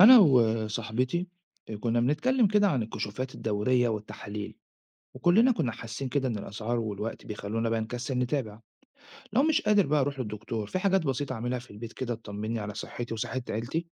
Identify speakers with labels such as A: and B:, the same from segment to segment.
A: أنا وصاحبتي كنا بنتكلم كده عن الكشوفات الدورية والتحاليل وكلنا كنا حاسين كده إن الأسعار والوقت بيخلونا بقى نكسل نتابع. لو مش قادر بقى أروح للدكتور في حاجات بسيطة أعملها في البيت كده تطمني على صحتي وصحة عيلتي.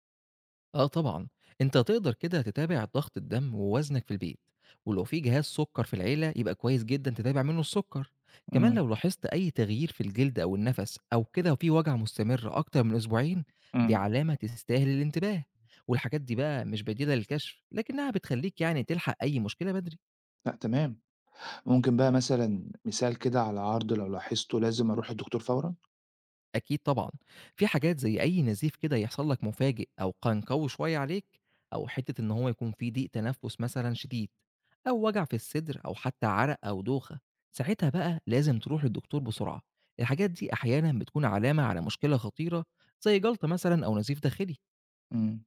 B: آه طبعًا، أنت تقدر كده تتابع ضغط الدم ووزنك في البيت، ولو في جهاز سُكّر في العيلة يبقى كويس جدًا تتابع منه السُكّر، كمان
A: امم
B: لو لاحظت أي تغيير في الجلد أو النَفَس أو كده وفي وجع مستمر أكتر من أسبوعين، دي
A: امم
B: علامة تستاهل الانتباه، والحاجات دي بقى مش بديلة للكشف، لكنها بتخلّيك تلحق أي مشكلة بدري.
A: لا تمام، ممكن بقى مثال كده على عرض لو لاحظته لازم أروح للدكتور فورا.
B: أكيد طبعًا، في حاجات زي أي نزيف كده يحصل لك مفاجئ أو قنقوي شوية عليك، أو حتة إن هو يكون في ضيق تنفس مثلًا شديد، أو وجع في الصدر أو حتى عرق أو دوخة، ساعتها بقى لازم تروح للدكتور بسرعة، الحاجات دي أحيانًا بتكون علامة على مشكلة خطيرة زي جلطة مثلًا أو نزيف داخلي.
A: امم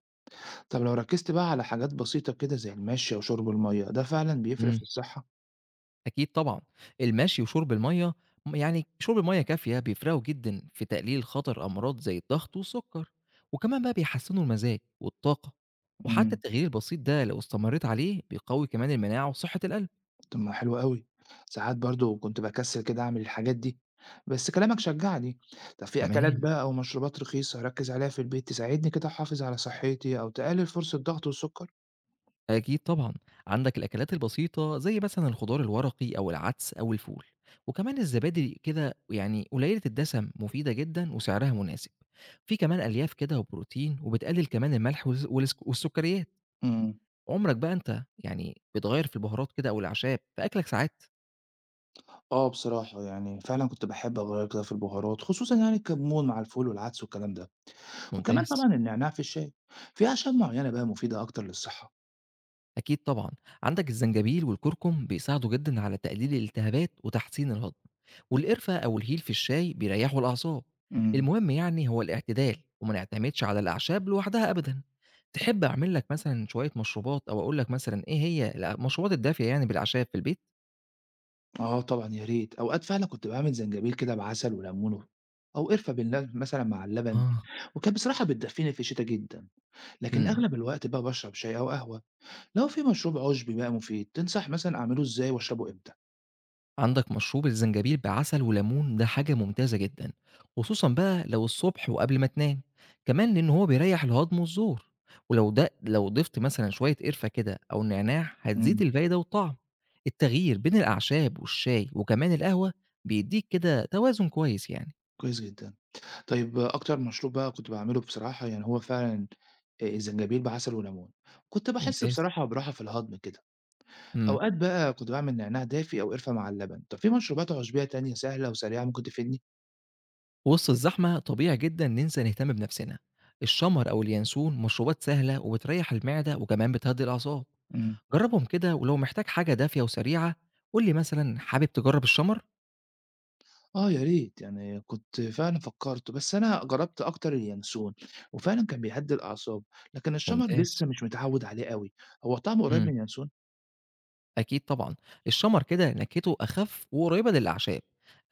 A: طب لو ركزت بقى على حاجات بسيطة كده زي المشي وشرب المية ده فعلا بيفرق في
B: إمم.
A: الصحة؟
B: أكيد طبعًا، المشي وشرب المَيّة يعني شرب مَيّة كافية بيفرقوا جدًا في تقليل خطر أمراض زي الضغط والسُكّر، وكمان بقى بيحسّنوا المزاج والطاقة، وحتى
A: امم
B: التغيير البسيط ده لو استمريت عليه بيقوي كمان المناعة وصحة القلب.
A: طب ما حلو أوي. ساعات برضه كنت باكسّل كده أعمل الحاجات دي، بس كلامك شجّعني. طب في أكلات
B: تمام.
A: بقى أو مشروبات رخيصة أركّز عليها في البيت تساعدني كده أحافظ على صحّتي أو تقلل فرصة ضغط السُكّر؟
B: أكيد طبعًا، عندك الأكلات البسيطة زي مثلًا الخضار الورقي أو العدس أو الفول، وكمان الزبادي كده قليلة الدسم مفيدة جدًا وسعرها مناسب، في كمان ألياف كده وبروتين وبتقلل كمان الملح والز والس والسُكّريات.
A: إمم.
B: عمرك بقى أنت بتغيّر في البهارات كده أو الأعشاب في أكلك ساعات؟
A: آه بصراحة، يعني فعلًا كنت باحب أغيّر كده في البهارات، خصوصًا يعني الكمون مع الفول والعدس والكلام ده، وكمان
B: ممتاز.
A: طبعًا النعناع في الشاي. في أعشاب معيّنة بقى مفيدة أكتر للصحة؟
B: أكيد طبعًا، عندك الزنجبيل والكركم بيساعدوا جدًا على تقليل الالتهابات وتحسين الهضم، والقرفة أو الهيل في الشاي بيريحوا الأعصاب،
A: إمم.
B: المهم هو الاعتدال وما نعتمدش على الأعشاب لوحدها أبدًا، تحب أعمل لك مثلًا شوية مشروبات أو أقول لك مثلًا إيه هي المشروبات الدافية يعني بالأعشاب في البيت؟
A: آه طبعًا يا ريت، أوقات فعلًا كنت باعمل زنجبيل كده بعسل وليمون أو قرفة بالل مثلًا مع اللبن،
B: آه.
A: وكانت بصراحة بتدفيني في الشتا جدًا، لكن
B: إمم.
A: أغلب الوقت بقى باشرب شاي أو قهوة. لو في مشروب عُشبي بقى مفيد تنصح مثلًا أعمله إزاي وأشربه إمتى؟
B: عندك مشروب الزنجبيل بعسل وليمون ده حاجة ممتازة جدا، خصوصا بقى لو الصبح وقبل ما تنام، كمان لأن هو بيريح الهضم والزور، ولو ده لو ضفت مثلا شوية قرفة كده أو نعناع هتزيد
A: إمم،
B: الفايدة والطعم. التغيير بين الأعشاب والشاي وكمان القهوة بيديك كده توازن كويس يعني.
A: كويس جدًا. طيب آه، أكتر مشروب بقى كنت باعمله بصراحة يعني هو فعلًا الزنجبيل بعسل وليمون، كنت باحس
B: ممتاز.
A: بصراحة براحة في الهضم كده.
B: مم.
A: أوقات بقى كنت باعمل نعناع دافي أو قرفة مع اللبن، طب في مشروبات عُشبية تانية سهلة وسريعة ممكن تفيدني؟
B: وسط الزحمة طبيعي جدا ننسى نهتم بنفسنا. الشمر أو اليانسون مشروبات سهلة وبتريح المعدة وكمان بتهدي الأعصاب.
A: إمم.
B: جرّبهم كده، ولو محتاج حاجة دافية وسريعة قُل لي مثلًا، حابب تجرّب الشَمَر؟
A: آه يا ريت، يعني كنت فعلًا فكّرت، بس أنا جرّبت أكتر اليانسون، وفعلًا كان بيهدّي الأعصاب، لكن الشَمَر
B: ممتاز.
A: لسه مش متعوّد عليه أوي. هو طعمه قريّب
B: إمم،
A: من اليانسون؟
B: أكيد طبعًا. الشَمَر كده نكهته أخف وقريبة للأعشاب،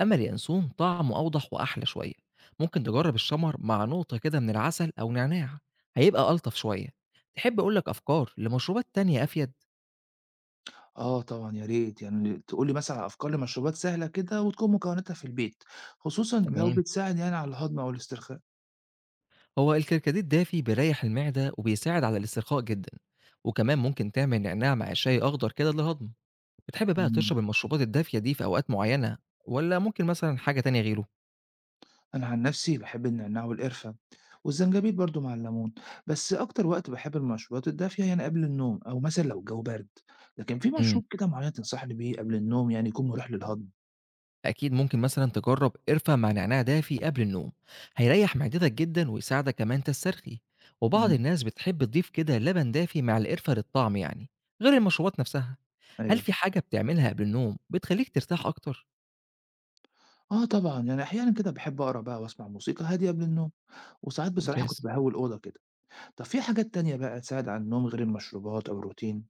B: أمّا اليانسون طعمه أوضح وأحلى شوية. ممكن تجرّب الشَمَر مع نقطة كده من العسل أو نعناع، هيبقى ألطف شوية. تحب أقول لك أفكار لمشروبات تانية أفيد؟
A: آه طبعًا يا ريت، يعني تقول لي مثلًا على أفكار لمشروبات سهلة كده وتكون مكوناتها في البيت، خصوصًا لو
B: تمام.
A: بتساعد يعني على الهضم أو الاسترخاء.
B: هو الكركديه الدافي بيريّح المعدة وبيساعد على الاسترخاء جدًا، وكمان ممكن تعمل نعناع مع شاي أخضر كده للهضم. بتحب بقى
A: إمم،
B: تشرب المشروبات الدافية دي في أوقات معيّنة، والّا ممكن مثلًا حاجة تانية غيره؟
A: أنا عن نَفْسي باحب النعناع والقرفة، والزنجبيل برضه مع الليمون، بس أكتر وقت باحب المشروبات الدافية يعني قبل النوم أو مثلًا لو الجو بَرْد. لكن في
B: إمم.
A: مشروب كده معيّن تنصحني بيه قبل النوم يعني يكون مُريح للهضم؟
B: أكيد ممكن مثلًا تجرّب قرفة مع نعناع دافي قبل النوم، هيريّح معدتك جدًا ويساعدك كمان تسترخي، وبعض
A: إمم،
B: الناس بتحب تضيف كده لبن دافي مع القرفة للطعم، غير المشروبات نفسها. هل
A: أيوه.
B: في حاجة بتعملها قبل النوم بتخلّيك ترتاح أكتر؟
A: آه طبعًا، يعني أحيانًا كده باحب أقرا بقى وأسمع موسيقى هادية قبل النوم، وساعات بصراحة كنت
B: ممتاز.
A: باهوّي الأوضة كده. طب في حاجات تانية بقى تساعد على النوم غير المشروبات أو الروتين؟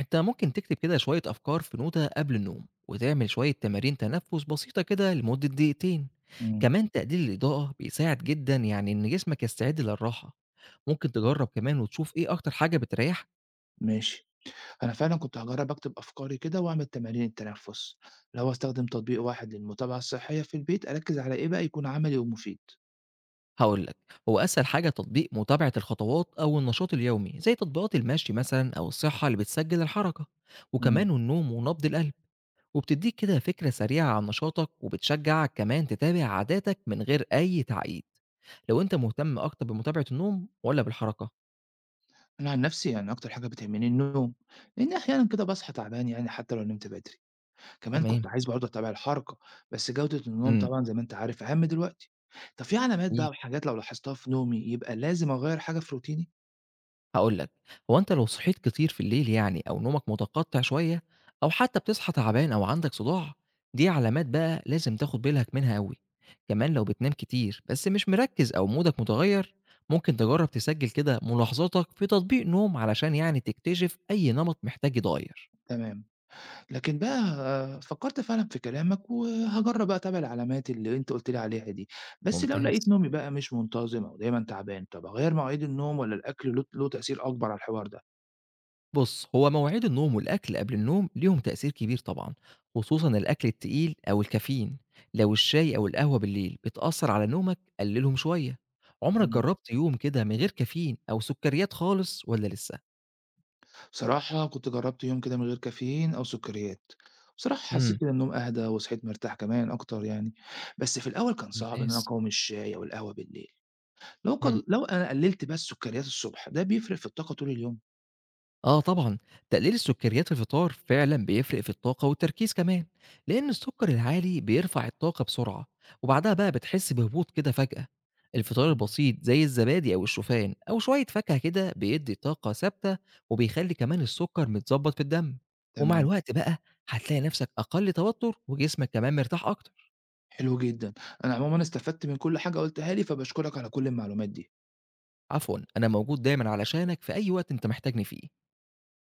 B: أنت ممكن تكتب كده شوية أفكار في نوتة قبل النوم وتعمل شوية تمارين تنفس بسيطة كده لمدة دقيقتين.
A: إمم،
B: كمان تقليل الإضاءة بيساعد جدا إن جسمك يستعد للراحة. ممكن تجرب كمان وتشوف إيه أكتر حاجة بتريح.
A: ماشي. أنا فعلًا كنت هاجرّب أكتب أفكاري كده وأعمل تمارين التنفُّس. لو هاستخدم تطبيق واحد للمتابعة الصحية في البيت، أركّز على إيه بقى يكون عملي ومفيد؟
B: هقولك، هو أسهل حاجة تطبيق متابعة الخطوات أو النشاط اليومي زي تطبيقات المشي مثلا أو الصحة اللي بتسجل الحركة وكمان
A: إمم.
B: النوم ونبض القلب، وبتديك كده فكرة سريعة عن نشاطك وبتشجعك كمان تتابع عاداتك من غير أي تعقيد. لو أنت مهتم أكتر بمتابعة النوم والّا بالحركة؟
A: أنا عن نفسي يعني أكتر حاجة بتهمني النوم، لإني أحيانًا كده باصحى تعبان يعني حتى لو نمت بدري. كمان
B: تمام،
A: كنت عايز برضه أتابع الحركة، بس جودة النوم
B: إمم،
A: طبعًا زي ما أنت عارف أهم دلوقتي. طب في علامات بقى
B: أكيد،
A: وحاجات لو لاحظتها في نومي يبقى لازم أغيّر حاجة في روتيني؟
B: هاقول لك، هو أنت لو صحيت كتير في الليل أو نومك متقطع شوية أو حتى بتصحى تعبان أو عندك صداع، دي علامات بقى لازم تاخد بالك منها أوي، كمان لو بتنام كتير بس مش مركّز أو مودك متغيّر، ممكن تجرّب تسجل كده ملاحظاتك في تطبيق نوم علشان تكتشف أي نمط محتاج يتغيّر.
A: تمام. لكن بقى آه، فكّرت فعلًا في كلامك، وهاجرّب بقى أتابع العلامات اللي أنت قُلت لي عليها دي. بس لو لقيت
B: ممتاز.
A: نومي بقى مش منتظم أو دايمًا تعبان، طب أغيّر مواعيد النوم والّا الأكل له تأثير أكبر على الحوار ده؟
B: بُص، هو مواعيد النوم والأكل قبل النوم ليهم تأثير كبير طبعًا، خصوصًا الأكل التقيل أو الكافيين. لو الشاي أو القهوة بالليل بتأثّر على نومك، قللهم شوية. عمرك
A: إمم.
B: جرّبت يوم كده من غير كافيين أو سكريات خالص والّا لسه؟
A: بصراحة كنت جربت يوم كده من غير كافيين أو سكريات، بصراحة حسيت
B: إمم،
A: كده النوم أهدى وصحيت مرتاح كمان أكتر يعني. بس في الأول كان صعب إن أنا
B: ممتاز.
A: أقاوم الشاي أو القهوة بالليل.
B: إمم.
A: لو أنا قللت بس سكريات الصبح ده بيفرق في الطاقة طول اليوم؟
B: آه طبعًا، تقليل السكريات في الفطار فعلًا بيفرق في الطاقة والتركيز كمان، لأن السكر العالي بيرفع الطاقة بسرعة، وبعدها بقى بتحس بهبوط كده فجأة. الفطار
A: مم.
B: البسيط زي الزبادي أو الشوفان أو شوية فاكهة كده بيدي طاقة ثابتة، وبيخلي كمان السكر متضبط في الدم، ومع
A: تمام،
B: الوقت بقى هتلاقي نفسك أقل توتر وجسمك كمان مرتاح أكتر.
A: حلو جدا. أنا عموما استفدت من كل حاجة قلتها لي فبشكرك على كل المعلومات دي.
B: عفوًا، أنا موجود دايمًا علشانك في أي وقت أنت محتاجني فيه.